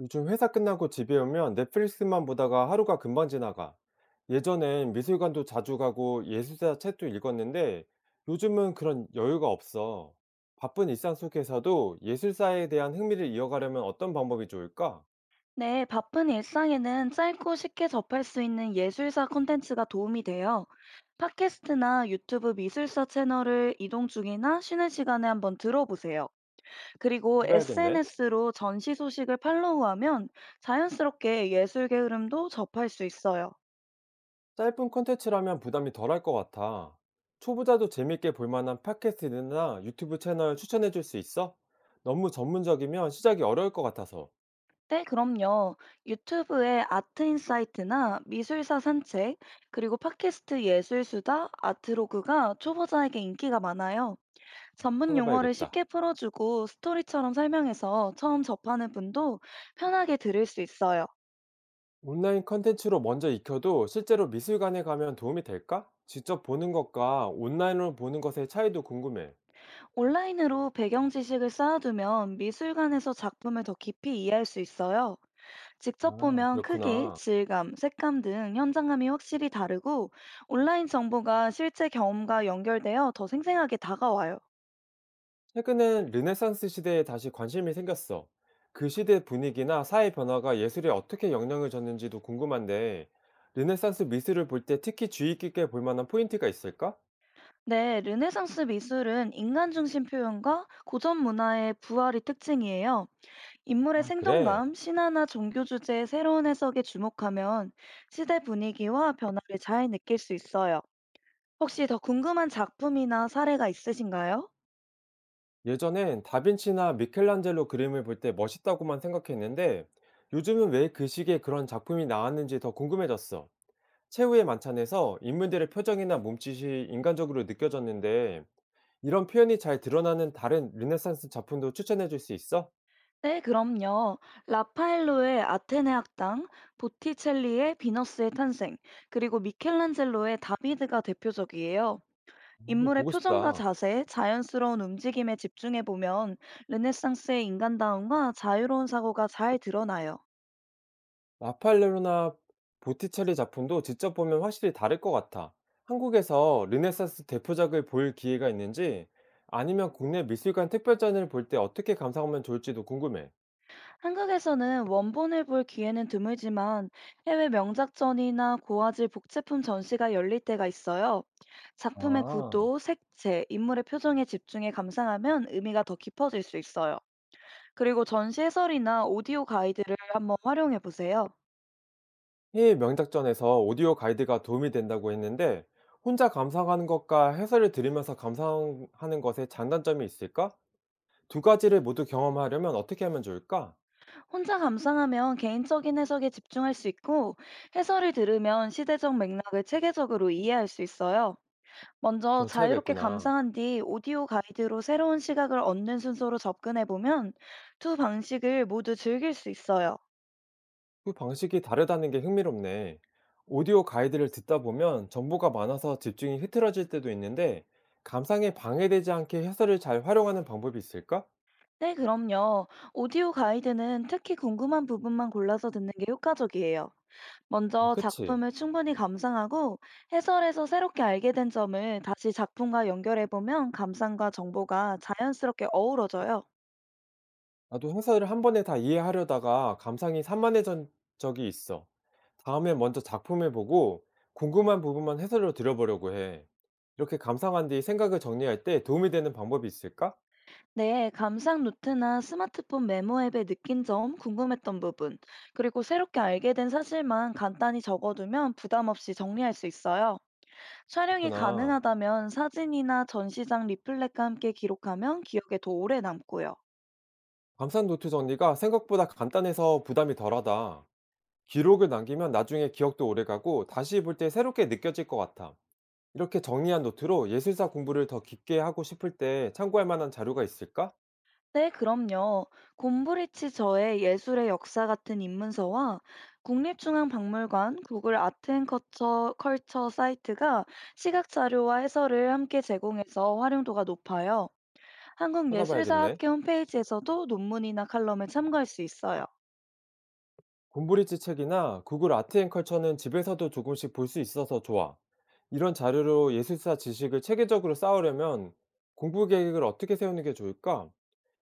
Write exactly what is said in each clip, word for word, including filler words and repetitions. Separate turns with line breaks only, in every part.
요즘 회사 끝나고 집에 오면 넷플릭스만 보다가 하루가 금방 지나가. 예전엔 미술관도 자주 가고 예술사 책도 읽었는데 요즘은 그런 여유가 없어. 바쁜 일상 속에서도 예술사에 대한 흥미를 이어가려면 어떤 방법이 좋을까?
네, 바쁜 일상에는 짧고 쉽게 접할 수 있는 예술사 콘텐츠가 도움이 돼요. 팟캐스트나 유튜브 미술사 채널을 이동 중이나 쉬는 시간에 한번 들어보세요. 그리고
해봐야겠네.
에스엔에스로 전시 소식을 팔로우하면 자연스럽게 예술계 흐름도 접할 수 있어요.
짧은 콘텐츠라면 부담이 덜할 것 같아. 초보자도 재밌게 볼 만한 팟캐스트나 유튜브 채널 추천해 줄 수 있어? 너무 전문적이면 시작이 어려울 것 같아서
네, 그럼요. 유튜브에 아트 인사이트나 미술사 산책, 그리고 팟캐스트 예술수다, 아트로그가 초보자에게 인기가 많아요. 전문 용어를
찾아봐야겠다.
쉽게 풀어주고 스토리처럼 설명해서 처음 접하는 분도 편하게 들을 수 있어요.
온라인 컨텐츠로 먼저 익혀도 실제로 미술관에 가면 도움이 될까? 직접 보는 것과 온라인으로 보는 것의 차이도 궁금해.
온라인으로 배경 지식을 쌓아두면 미술관에서 작품을 더 깊이 이해할 수 있어요. 직접
아,
보면 크기,
그렇구나.
질감, 색감 등 현장감이 확실히 다르고 온라인 정보가 실제 경험과 연결되어 더 생생하게 다가와요.
최근엔 르네상스 시대에 다시 관심이 생겼어. 그 시대 분위기나 사회 변화가 예술에 어떻게 영향을 줬는지도 궁금한데, 르네상스 미술을 볼 때 특히 주의 깊게 볼 만한 포인트가 있을까?
네, 르네상스 미술은 인간 중심 표현과 고전 문화의 부활이 특징이에요. 인물의
아, 그래.
생동감, 신화나 종교 주제의 새로운 해석에 주목하면 시대 분위기와 변화를 잘 느낄 수 있어요. 혹시 더 궁금한 작품이나 사례가 있으신가요?
예전엔 다빈치나 미켈란젤로 그림을 볼 때 멋있다고만 생각했는데, 요즘은 왜 그 시기에 그런 작품이 나왔는지 더 궁금해졌어. 최후의 만찬에서 인물들의 표정이나 몸짓이 인간적으로 느껴졌는데 이런 표현이 잘 드러나는 다른 르네상스 작품도 추천해 줄 수 있어?
네, 그럼요. 라파엘로의 아테네 학당, 보티첼리의 비너스의 탄생, 그리고 미켈란젤로의 다비드가 대표적이에요.
한번
인물의
보고
표정과
싶다.
자세, 자연스러운 움직임에 집중해 보면 르네상스의 인간다움과 자유로운 사고가 잘 드러나요.
라파레로나 보티첼리 작품도 직접 보면 확실히 다를 것 같아. 한국에서 르네상스 대표작을 볼 기회가 있는지 아니면 국내 미술관 특별전을 볼 때 어떻게 감상하면 좋을지도 궁금해.
한국에서는 원본을 볼 기회는 드물지만 해외 명작전이나 고화질 복제품 전시가 열릴 때가 있어요. 작품의
아.
구도, 색채, 인물의 표정에 집중해 감상하면 의미가 더 깊어질 수 있어요. 그리고 전시 해설이나 오디오 가이드를 한번 활용해 보세요.
해외 명작전에서 오디오 가이드가 도움이 된다고 했는데, 혼자 감상하는 것과 해설을 들으면서 감상하는 것의 장단점이 있을까? 두 가지를 모두 경험하려면 어떻게 하면 좋을까?
혼자 감상하면 개인적인 해석에 집중할 수 있고 해설을 들으면 시대적 맥락을 체계적으로 이해할 수 있어요. 먼저
그런 차이가
자유롭게
있구나.
감상한 뒤 오디오 가이드로 새로운 시각을 얻는 순서로 접근해 보면 두 방식을 모두 즐길 수 있어요.
그 방식이 다르다는 게 흥미롭네. 오디오 가이드를 듣다 보면 정보가 많아서 집중이 흐트러질 때도 있는데, 감상에 방해되지 않게 해설을 잘 활용하는 방법이 있을까?
네, 그럼요. 오디오 가이드는 특히 궁금한 부분만 골라서 듣는 게 효과적이에요.
아,
먼저
그치.
작품을 충분히 감상하고 해설에서 새롭게 알게 된 점을 다시 작품과 연결해 보면 감상과 정보가 자연스럽게 어우러져요.
나도 해설을 한 번에 다 이해하려다가 감상이 산만해진 적이 있어. 다음에 먼저 작품을 보고 궁금한 부분만 해설로 들어보려고 해. 이렇게 감상한 뒤 생각을 정리할 때 도움이 되는 방법이 있을까?
네, 감상 노트나 스마트폰 메모 앱에 느낀 점, 궁금했던 부분, 그리고 새롭게 알게 된 사실만 간단히 적어두면 부담 없이 정리할 수 있어요. 촬영이
그렇구나.
가능하다면 사진이나 전시장 리플렛과 함께 기록하면 기억에 더 오래 남고요.
감상 노트 정리가 생각보다 간단해서 부담이 덜하다. 기록을 남기면 나중에 기억도 오래가고 다시 볼 때 새롭게 느껴질 것 같아. 이렇게 정리한 노트로 예술사 공부를 더 깊게 하고 싶을 때 참고할 만한 자료가 있을까?
네, 그럼요. 곰브리치 저의 예술의 역사 같은 입문서와 국립중앙박물관 구글 아트앤커처 컬처 사이트가 시각 자료와 해설을 함께 제공해서 활용도가 높아요.
찾아봐야겠네.
한국예술사학회 홈페이지에서도 논문이나 칼럼을 참고할 수 있어요.
곰브리지 책이나 구글 아트 앤 컬처는 집에서도 조금씩 볼 수 있어서 좋아. 이런 자료로 예술사 지식을 체계적으로 쌓으려면 공부 계획을 어떻게 세우는 게 좋을까?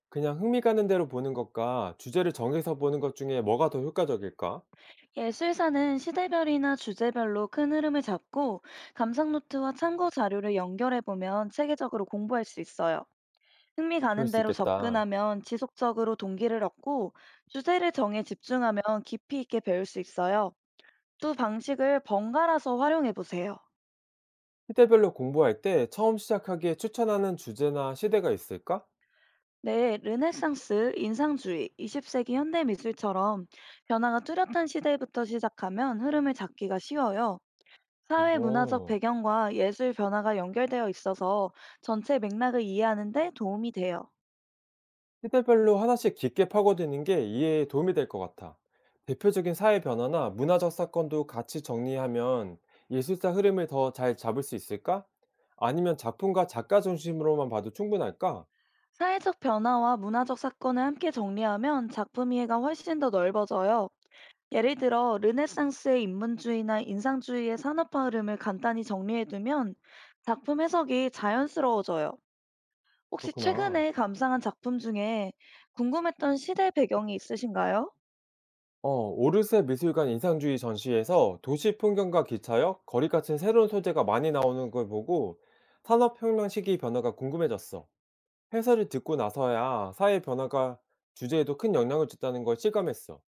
그냥 흥미 가는 대로 보는 것과 주제를 정해서 보는 것 중에 뭐가 더 효과적일까?
예술사는 시대별이나 주제별로 큰 흐름을 잡고 감상노트와 참고 자료를 연결해 보면 체계적으로 공부할 수 있어요. 흥미
그럴
가는
수
대로
있겠다.
접근하면 지속적으로 동기를 얻고 주제를 정해 집중하면 깊이 있게 배울 수 있어요. 두 방식을 번갈아서 활용해 보세요.
시대별로 공부할 때 처음 시작하기에 추천하는 주제나 시대가 있을까?
네, 르네상스, 인상주의, 이십 세기 현대 미술처럼 변화가 뚜렷한 시대부터 시작하면 흐름을 잡기가 쉬워요. 사회 문화적
어.
배경과 예술 변화가 연결되어 있어서 전체 맥락을 이해하는 데 도움이 돼요.
시대별로 하나씩 깊게 파고드는 게 이해에 도움이 될 것 같아. 대표적인 사회 변화나 문화적 사건도 같이 정리하면 예술사 흐름을 더 잘 잡을 수 있을까? 아니면 작품과 작가 중심으로만 봐도 충분할까?
사회적 변화와 문화적 사건을 함께 정리하면 작품 이해가 훨씬 더 넓어져요. 예를 들어, 르네상스의 인문주의나 인상주의의 산업화 흐름을 간단히 정리해두면 작품 해석이 자연스러워져요. 혹시
그렇구나.
최근에 감상한 작품 중에 궁금했던 시대 배경이 있으신가요?
어, 오르세 미술관 인상주의 전시에서 도시 풍경과 기차역, 거리 같은 새로운 소재가 많이 나오는 걸 보고 산업혁명 시기 변화가 궁금해졌어. 해설을 듣고 나서야 사회 변화가 주제에도 큰 영향을 줬다는 걸 실감했어.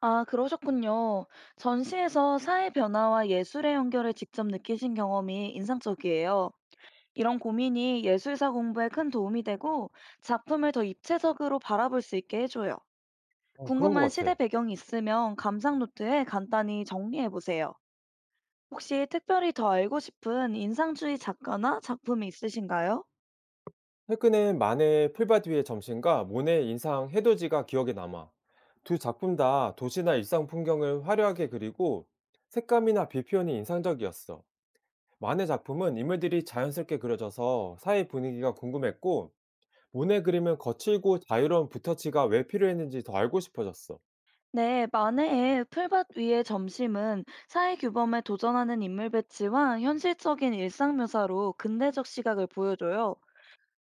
아, 그러셨군요. 전시에서 사회 변화와 예술의 연결을 직접 느끼신 경험이 인상적이에요. 이런 고민이 예술사 공부에 큰 도움이 되고 작품을 더 입체적으로 바라볼 수 있게 해줘요.
어, 그런 것
궁금한 시대
같아.
배경이 있으면 감상 노트에 간단히 정리해 보세요. 혹시 특별히 더 알고 싶은 인상주의 작가나 작품이 있으신가요?
최근엔 만의 풀밭 위의 점심과 모네의 인상 해돋이가 기억에 남아. 두 작품 다 도시나 일상 풍경을 화려하게 그리고 색감이나 비 표현이 인상적이었어. 만네 작품은 인물들이 자연스럽게 그려져서 사회 분위기가 궁금했고, 모네 그림은 거칠고 자유로운 붓터치가 왜 필요했는지 더 알고 싶어졌어.
네, 만해의 풀밭 위의 점심은 사회규범에 도전하는 인물 배치와 현실적인 일상 묘사로 근대적 시각을 보여줘요.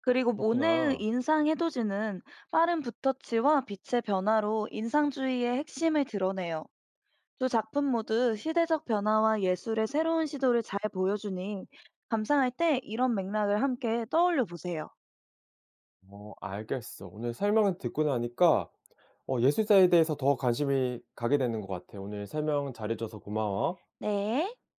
그리고 모네의
그렇구나.
인상 해돋이는 빠른 붓터치와 빛의 변화로 인상주의의 핵심을 드러내요. 두 작품 모두 시대적 변화와 예술의 새로운 시도를 잘 보여주니 감상할 때 이런 맥락을 함께 떠올려 보세요.
어, 알겠어. 오늘 설명을 듣고 나니까 어, 예술사에 대해서 더 관심이 가게 되는 것 같아. 오늘 설명 잘해줘서 고마워.
네.